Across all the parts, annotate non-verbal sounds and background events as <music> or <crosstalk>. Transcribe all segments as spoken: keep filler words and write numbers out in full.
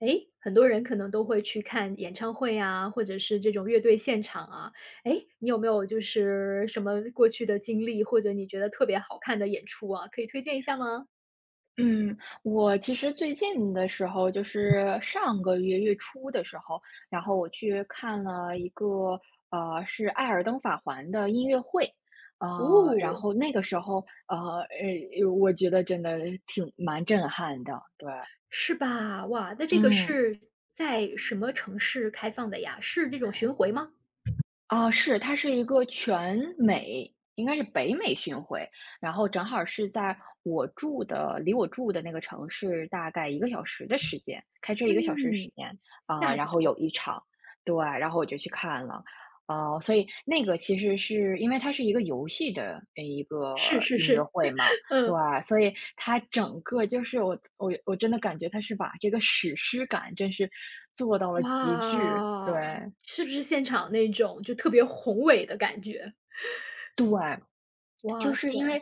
诶，很多人可能都会去看演唱会啊，或者是这种乐队现场啊。诶，你有没有就是什么过去的经历，或者你觉得特别好看的演出啊，可以推荐一下吗？嗯，我其实最近的时候，就是上个月月初的时候，然后我去看了一个呃，是《艾尔登法环》的音乐会，呃，然哦，后那个时候，呃，诶，我觉得真的挺蛮震撼的，对，是吧？哇，那这个嗯。是在什么城市开放的呀？是这种巡回吗？啊，是，它是一个全美应该是北美巡回，然后正好是在我住的离我住的那个城市大概一个小时的时间，开车一个小时的嗯，时间，那啊，还不然后有错。一场，对，然后我就去看了。哦，所以那个其实是因为它是一个游戏的呃一个是是音乐是，会嘛，对，嗯，所以它整个就是我我我真的感觉它是把这个史诗感真是做到了极致，对，哇，是不是现场那种就特别宏伟的感觉？对。就哇是因塞，为，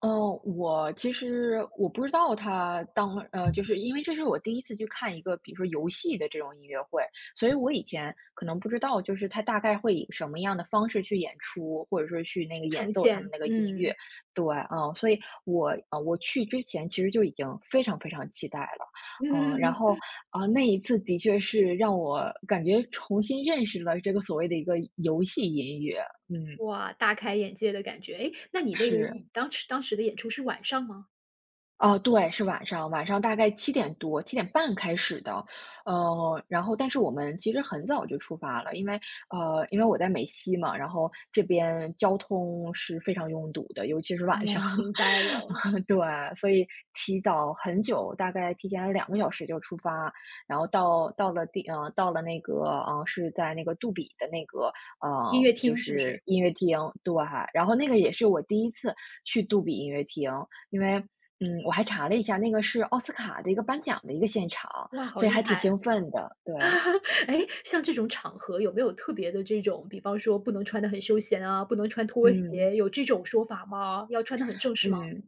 嗯，我其实我不知道他当呃，就是因为这是我第一次去看一个，比如说游戏的这种音乐会，所以我以前可能不知道，就是他大概会以什么样的方式去演出，或者说去那个演呈奏他们现，那个音乐。嗯对，嗯，所以我呃，我去之前其实就已经非常非常期待了，嗯嗯，然嗯嗯。后 <laughs> 啊，呃那一次的确是让我感觉重新认识了这个所谓的一个游戏音乐，嗯，哇，大开眼界的感觉。哎，那你那个是。一当时当时的演出是晚上吗？哦，对，是晚上，晚上大概七点多、七点半开始的。呃，然后但是我们其实很早就出发了，因为，呃，因为我在美西嘛，然后这边交通是非常拥堵的，尤其是晚上。哦，明白了，<laughs> 对，所以提早很久，大概提前了两个小时就出发，然后到到了地呃，到了那个，呃，是在那个杜比的那个，音呃，乐就厅是不是是？音乐厅，对，然后那个也是我第一次去杜比音乐厅，因为，嗯，我还查了一下，那个是奥斯卡的一个颁奖的一个现场，哇，好所以厉还挺害！兴奋的，对，<laughs> 哎，像这种场合有没有特别的这种，比方说不能穿的很休闲啊，不能穿拖嗯，鞋，有这种说法吗？要穿的很正式吗？嗯。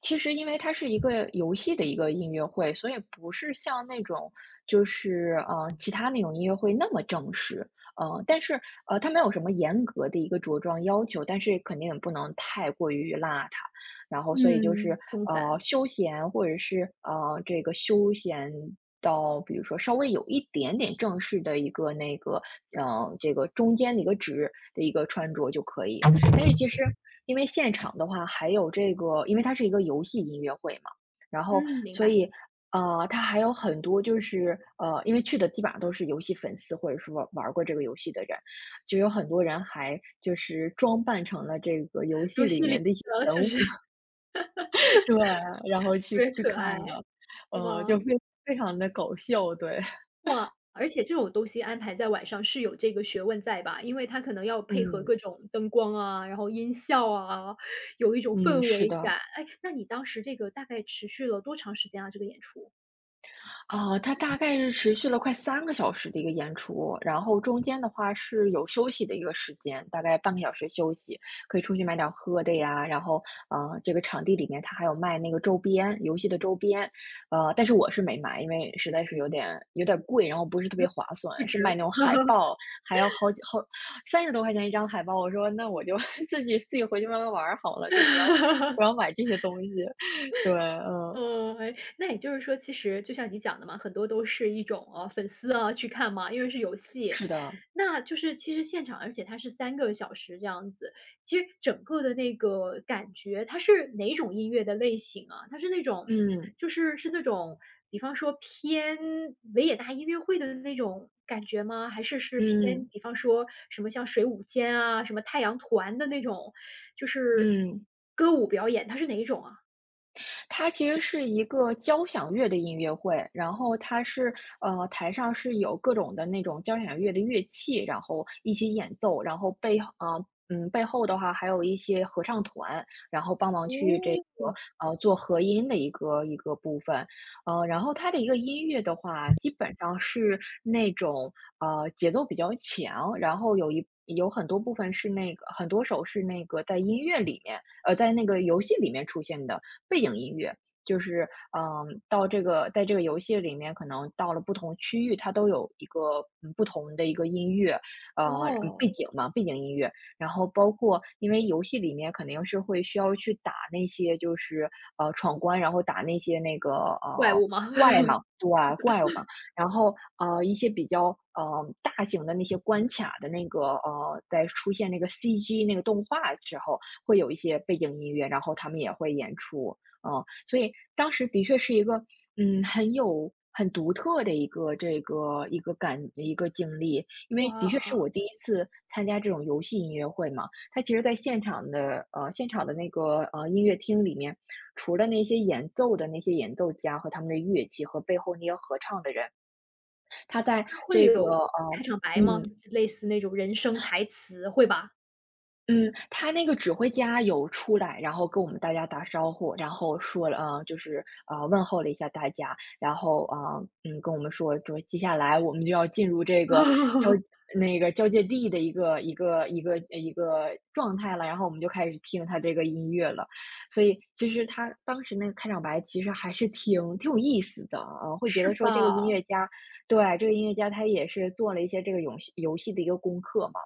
其实因为它是一个游戏的一个音乐会，所以不是像那种就是，呃，其他那种音乐会那么正式。呃，但是，呃，它没有什么严格的一个着装要求，但是肯定也不能太过于邋遢。然后所以就是，嗯，松呃，散，休闲或者是，呃，这个休闲到比如说稍微有一点点正式的一个那个，呃，这个中间的一个值的一个穿着就可以。但是其实因为现场的话，还有这个，因为它是一个游戏音乐会嘛，然后嗯，明所白。以呃，它还有很多就是呃，因为去的基本上都是游戏粉丝或者说玩玩过这个游戏的人，就有很多人还就是装扮成了这个游戏游戏里里面的一些的是人不物，是？<laughs> <laughs> 对，然后特去别去可爱，看的，呃，哇。就非非常的搞笑，对，哇，而且这种东西安排在晚上是有这个学问在吧？因为它可能要 <laughs> 配合嗯，各种灯光啊，然后音效啊，有一种嗯，氛是围的。感。哎，那你当时这个大概持续了多长时间啊，这个演出？哦，它大概是持续了快三个小时的一个演出，然后中间的话是有休息的一个时间，大概半个小时休息，可以出去买点儿喝的呀，然后，呃，这个场地里面它还有卖那个周边，游戏的周边，呃，但是我是没买，因为实在是有点有点贵，然后不是特别划不算，是卖止。那种海报，还要好几好三十多块钱一张海报，我说那我就 <laughs> 自己自己回去慢慢玩儿好了，就不要不要 <laughs> 买这些东西，<laughs> 对，嗯，哦，哎，那也就是说，其实就像你讲的嘛，很多都是一种呃粉丝啊去看嘛，因为是游戏，是的，那就是其实现场，而且它是三个小时这样子，其实整个的那个感觉，它是哪种音乐的类型啊？它是那种，嗯，就是是那种，比方说偏维也纳音乐会的那种感觉吗？还是是偏，嗯。比方说什么像水舞间啊，什么太阳团的那种，就是嗯，歌舞表演，它是哪一种啊？它其实是一个交响乐的音乐会，然后它是呃，台上是有各种的那种交响乐的乐器，然后一起演奏，然后背后呃，嗯，背后的话还有一些合唱团，然后帮忙去这个呃做和音的一个一个部分，呃，然后它的一个音乐的话，基本上是那种呃节奏比较强，然后有一有很多部分是那个很多首是那个在音乐里面，呃，在那个游戏里面出现的。背景音乐。就是嗯，到这个在这个游戏里面，可能到了不同区域，它都有一个嗯不同的一个音乐，呃，嗯背哦，景嘛，背景音乐。然后包括，因为游戏里面肯定是会需要去打那些就是呃闯关，然后打那些那个怪呃物吗？怪 <laughs> 嘛，对啊怪物吧。然后呃一些比较呃大型的那些关卡的那个呃，在出现那个 C G 那个动画之后，会有一些背景音乐，然后他们也会演出。嗯，所以当时的确是一个，嗯，很有很独特的一个这个一个感一个经历，因为的哇，确是我第一次参加这种游戏音乐会嘛。它其实在现场的呃现场的那个呃音乐厅里面，除了那些演奏的那些演奏家和他们的乐器和背后那些合唱的人，他在它会这个有开呃场白吗？就嗯是类似那种人生台词，会吧？嗯，他那个指挥家有出来，然后跟我们大家打招呼，然后说了，呃，就是呃问候了一下大家，然后啊、呃嗯，跟我们说，说接下来我们就要进入这个交 <laughs> 那个交界地的一个一个一个一个状态了，然后我们就开始听他这个音乐了。所以其实他当时那个开场白其实还是挺挺有意思的，呃，会觉是得说这个音吧？乐家，对，这个音乐家他也是做了一些这个游戏游戏的一个功课嘛。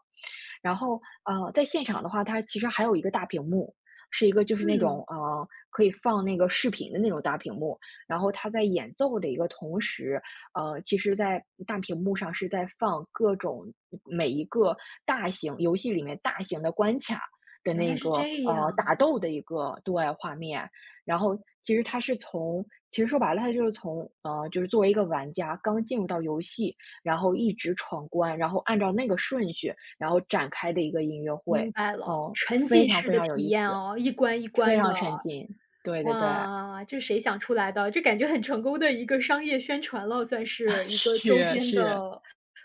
然后，呃，在现场的话，它其实还有一个大屏幕，是一个就是那嗯，种，呃，可以放那个视频的那种大屏幕。然后它在演奏的一个同时，呃，其实在大屏幕上是在放各种每一个大型游戏里面大型的关卡的原来那是个，这样。呃，打斗的一个对外画面。然后其实它是从其实说白了，它就是从，呃，就是作为一个玩家刚进入到游戏，然后一直闯关，然后按照那个顺序，然后展开的一个音乐会，明白了，嗯，沉非浸常式非的常有体意验思，哦，一关一非关的常哦。沉浸。对对对，哇，这谁想出来的？这感觉很成功的一个商业宣传了，算是 <laughs> 一个周是边是，的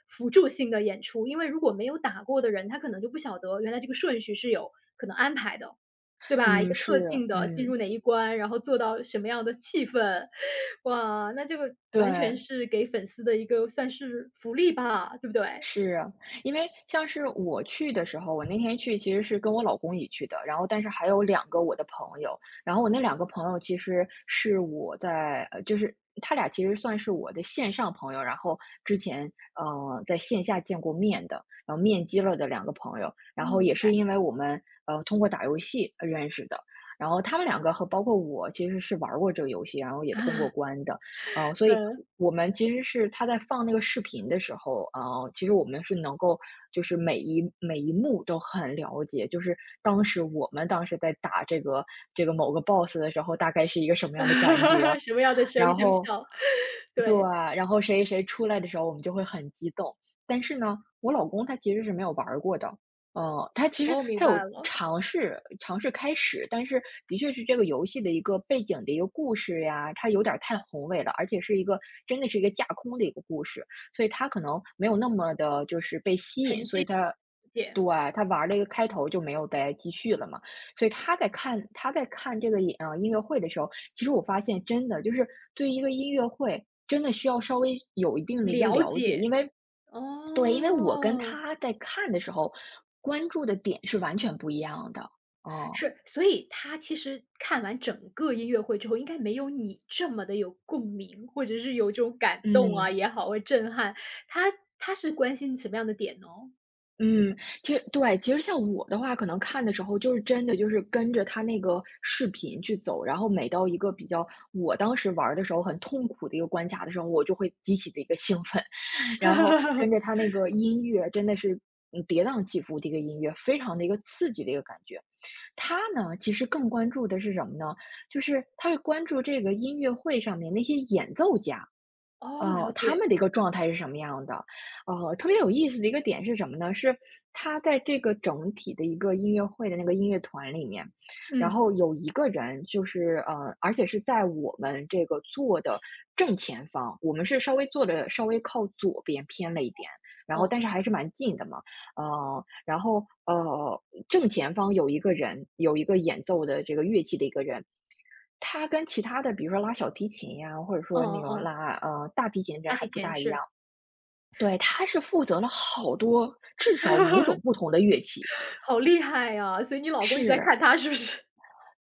辅助性的演出。因为如果没有打过的人，他可能就不晓得原来这个顺序是有可能安排的，对吧？一嗯，个是，特定的进入嗯，哪一关，然后做到什么样的气氛，哇，那这个完全对。是给粉丝的一个算是福利吧，对不对？是啊，因为像是我去的时候，我那天去其实是跟我老公一起去的，然后但是还有两个我的朋友，然后我那两个朋友其实是我在，呃，就是他俩其实算是我的线上朋友，然后之前呃在线下见过面的，然后面基了的两个朋友，嗯，然后也明是白，因为我们呃通过打游戏呃认识的，然后他们两个和包括我其实是玩过这个游戏，然后也 <laughs> 啊，通过关的。呃，所以嗯。我们其实是他在放那个视频的时候，呃，其实我们是能够就是每一每一幕都很了解，就是当时我们当时在打这个这个某个 boss 的时候，大概是一个什么样的感觉，<laughs> 什么样的声然声后效？<laughs> 对，对，然后谁谁出来的时候，我们就会很激动。但是呢，我老公他其实是没有玩儿过的，呃，他其实哦，明他有白了，尝试尝试开始，但是的确是这个游戏的一个背景的一个故事呀，它有点儿太宏伟了，而且是一个真的是一个架空的一个故事，所以他可能没有那么的就是被吸引，所以他解对，他玩儿了一个开头就没有再继续了嘛。所以他在看他在看这个演呃，音乐会的时候，其实我发现真的就是对于一个音乐会，真的需要稍微有一定的一个了了解。解，因为对，因为我跟哦，他在看的时候，关注的点是完全不一样的，哦，是，所以他其实看完整个音乐会之后，应该没有你这么的有共鸣，或者是有这种感动啊嗯。也好，或者震撼，他他是关心什么样的点呢？嗯，其实对，其实像我的话，可能看的时候就是真的就是跟着他那个视频去走，然后每到一个比较我当时玩儿的时候很痛苦的一个关卡的时候，我就会极其的一个兴奋，<laughs> 然后跟着他 <laughs> 那个音乐真的是嗯跌宕起伏的一个音乐，非常的一个刺激的一个感觉。他呢，其实更关注的是什么呢？就是他会关注这个音乐会上面那些演奏家，哦，呃，了他解，们的一个状态是什么样的？呃，特别有意思的一个点是什么呢？是他在这个整体的一个音乐会的那个音乐团里面，然嗯，后有一个人就是呃，而且是在我们这个坐的正前方，我们是稍微坐的稍微靠左边偏了一点，然后哦，但是还是蛮近的嘛。呃，然后呃，正前方有一个人，有一个演奏的这个乐器的一个人，他跟其他的，比如说拉小提琴呀，或者哦，说那哦种哦拉呃大提琴的人大还提不琴，大一样。是。对，他是负责了好多，至少五种不 <laughs> 同的乐器。好厉害啊，所以你老公一直在是看他是不是？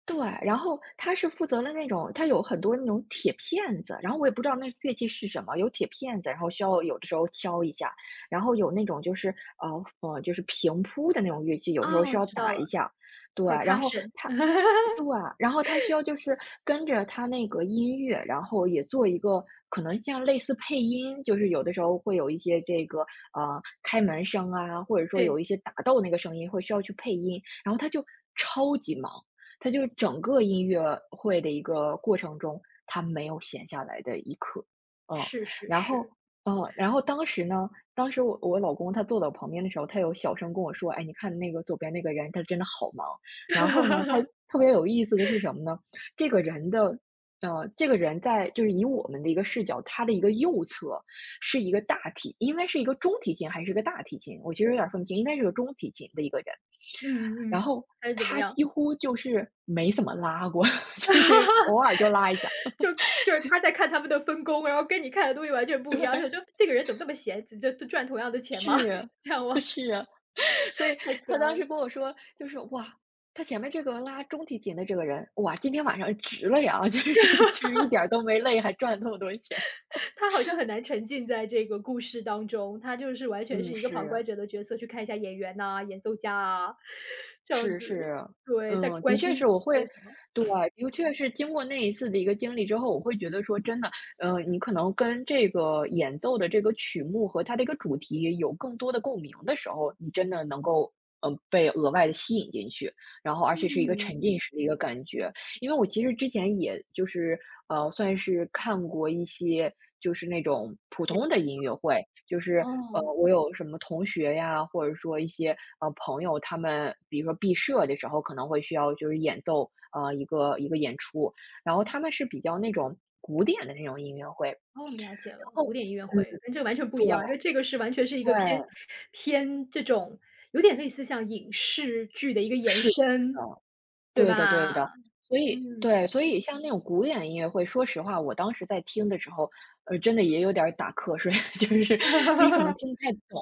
对，然后他是负责了那种他有很多那种铁片子，然后我也不知道那乐器是什么，有铁片子，然后需要有的时候敲一下，然后有那种就是呃呃就是平铺的那种乐器，有时候需哦，要知道打了一下，对，然后，percussion。他 <laughs> 对，然后他需要就是跟着他那个音乐，然后也做一个可能像类似配音，就是有的时候会有一些这个呃开门声啊，或者说有对，一些打斗那个声音，会需要去配音，然后他就超级忙。他就整个音乐会的一个过程中，他没有闲下来的一刻，嗯。是是然后是。嗯，然后当时呢，当时我我老公他坐在我旁边的时候，他有小声跟我说：“哎，你看那个左边那个人，他真的好忙。”然后呢，他 <laughs> 特别有意思的是什么呢？这个人的呃，这个人在就是以我们的一个视角，他的一个右侧是一个大提应该是一个中提琴还是一个大提琴，我其实有点分不清，应该是个中提琴的一个人。嗯然嗯，后还是怎么他样？几乎就是没怎么拉过，<laughs> 就是偶尔就拉一下。就就是他在看他们的分工，然后跟你看的东西完全不一样，对，他说：“这个人怎么那么闲，只就赚同样的钱吗？” <laughs> 是是，这样吗？是啊。<laughs> 所以太可他当爱时了。跟我说，就是哇，他前面这个拉中提琴的这个人，哇，今天晚上值了呀，<laughs> 就是就是一点儿都没累，还赚了那么多钱。他好像很难沉浸在这个故事当中，他就是完全嗯，是一个旁是。观者的角色，去看一下演员呐、演奏家啊，这样是子。是，对，在嗯，的关确心是我会为什么。对，的确是经过那一次的一个经历之后，我会觉得说真的，呃，你可能跟这个演奏的这个曲目和它的一个主题有更多的共鸣的时候，你真的能够，呃，被额外的吸引进去，然后而且是一个沉嗯，浸式的一个感觉。因为我其实之前也就是，呃，算是看过一些就是那种普也通的音乐会，就是，呃，哦。我有什么同学呀，或者说一些，呃，朋友，他们比如说毕设的时候可能会需要就是演奏，呃，一个一个演出，然后他们是比较那种古典的那种音乐会，然哦，我们了解了，后古典音乐嗯，会跟这个完全不对，一样，因为这个是完全是一对，个偏偏这种有点类似像影视剧的一个延是，是的。伸，对对的对的，吧？所以嗯，对，所以像那种古典音乐会，说实话，我当时在听的时候，呃，真的也有点儿打瞌睡，<laughs> 就是自己可能 <laughs> 听不太懂，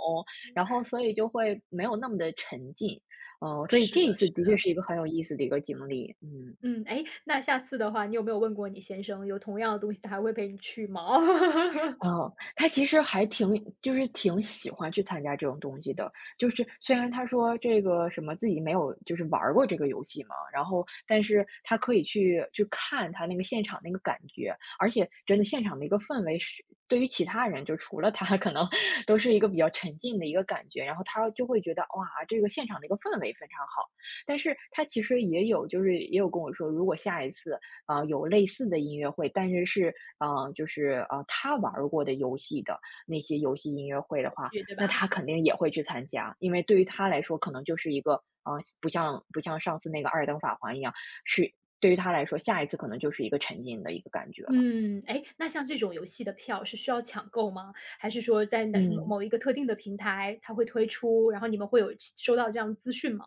然后所以就会没有那么的沉浸，嗯，所以是这的，一次是的的，确是一个很有意思的一个经历，嗯。嗯，哎，那下次的话，你有没有问过你先生有同样的东西，他还会陪你去吗？<laughs> 哦，他其实还挺就是挺喜欢去参加这种东西的，就是虽然他说这个什么自己没有就是玩儿过这个游戏嘛，然后但是他可以去去看他那个现场那个感觉，而且真的现场的一个氛围是对于其他人就除了他 <laughs> 可能都是一个比较沉浸的一个感觉，然后他就会觉得哇，这个现场的一个氛围非常好。但是他其实也有就是也有跟我说，如果下一次啊，有类似的音乐会，但是是呃，就是呃，他玩儿过的游戏的那些游戏音乐会的话，去，对那吧？他肯定也会去参加，因为对于他来说，可能就是一个啊，不像不像上次那个《二等法环》一样，是对于他来说，下一次可能就是一个沉浸的一个感觉了。嗯，哎，那像这种游戏的票是需要抢购吗？还是说在哪某嗯。某一个特定的平台它会推出，然后你们会有收到这样的资讯吗？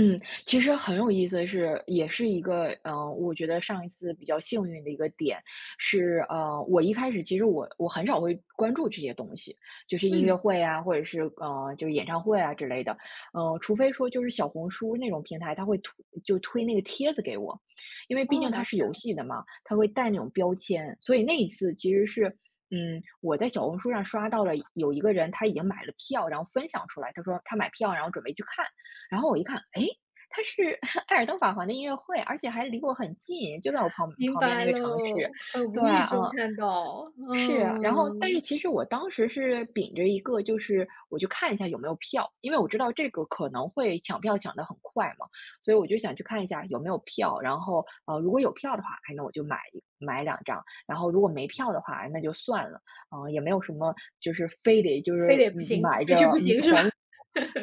嗯，其实很有意思的是，也是一个，呃，我觉得上一次比较幸运的一个点是，呃，我一开始其实我我很少会关注这些东西，就是音嗯，乐会啊，或者是呃，就是演唱会啊之类的，呃，除非说就是小红书那种平台，它会推就推那个帖子给我，因为毕哦，竟它了是解游了。戏的嘛，它会带那种标签，所以那一次其实是。嗯，我在小红书上刷到了有一个人，他已经买了票，然后分享出来。他说他买票，然后准备去看。然后我一看，哎，它是 <laughs> 艾尔登法环的音乐会，而且还离我很近，就在我旁明旁边白那个城市。喽，很对，无意中嗯，看到，是。然后，但嗯，是其实我当时是秉着一个，就是我就看一下有没有票，因为我知道这个可能会抢票抢得很快嘛，所以我就想去看一下有没有票。然后，呃，如果有票的话，哎，那我就买一买两张。然后，如果没票的话，哎那就算了。嗯，也没有什么，就是非得就是非得不嗯行，买非去着不行是吧？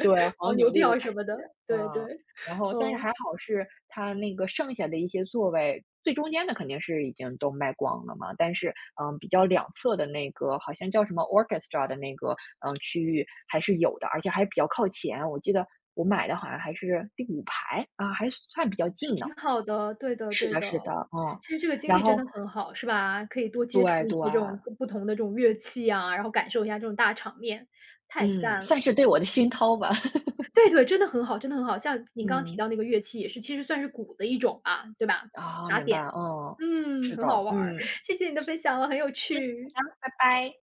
对，黄黄牛牛的一个票感什么觉，的，对嗯。对，然后但是嗯，还好是它那个剩下的一些座位，最中间的肯定是已经都卖光了嘛，但是，嗯，比较两侧的那个好像叫什么 orchestra 的那个，嗯，区域还是有的，而且还比较靠前。我记得我买的好像还是第五排，啊，还算比较还近呢。挺好的，对的是对的的。是的，嗯。其实这个经然历真后的很好，是吧？可以多接触对一些对，这种各不同的这种乐器啊，然后感受一下这种大场面，太嗯，赞算了。是对我的熏陶吧。<laughs> 对对，真的很好真的很好，像您刚刚提嗯，到那个乐器也是其实算是鼓的一种吧，对吧？啊，打明白，点的，嗯，嗯，是很好的，玩儿，嗯，谢谢你的分享，很有嗯，趣。好的，拜拜。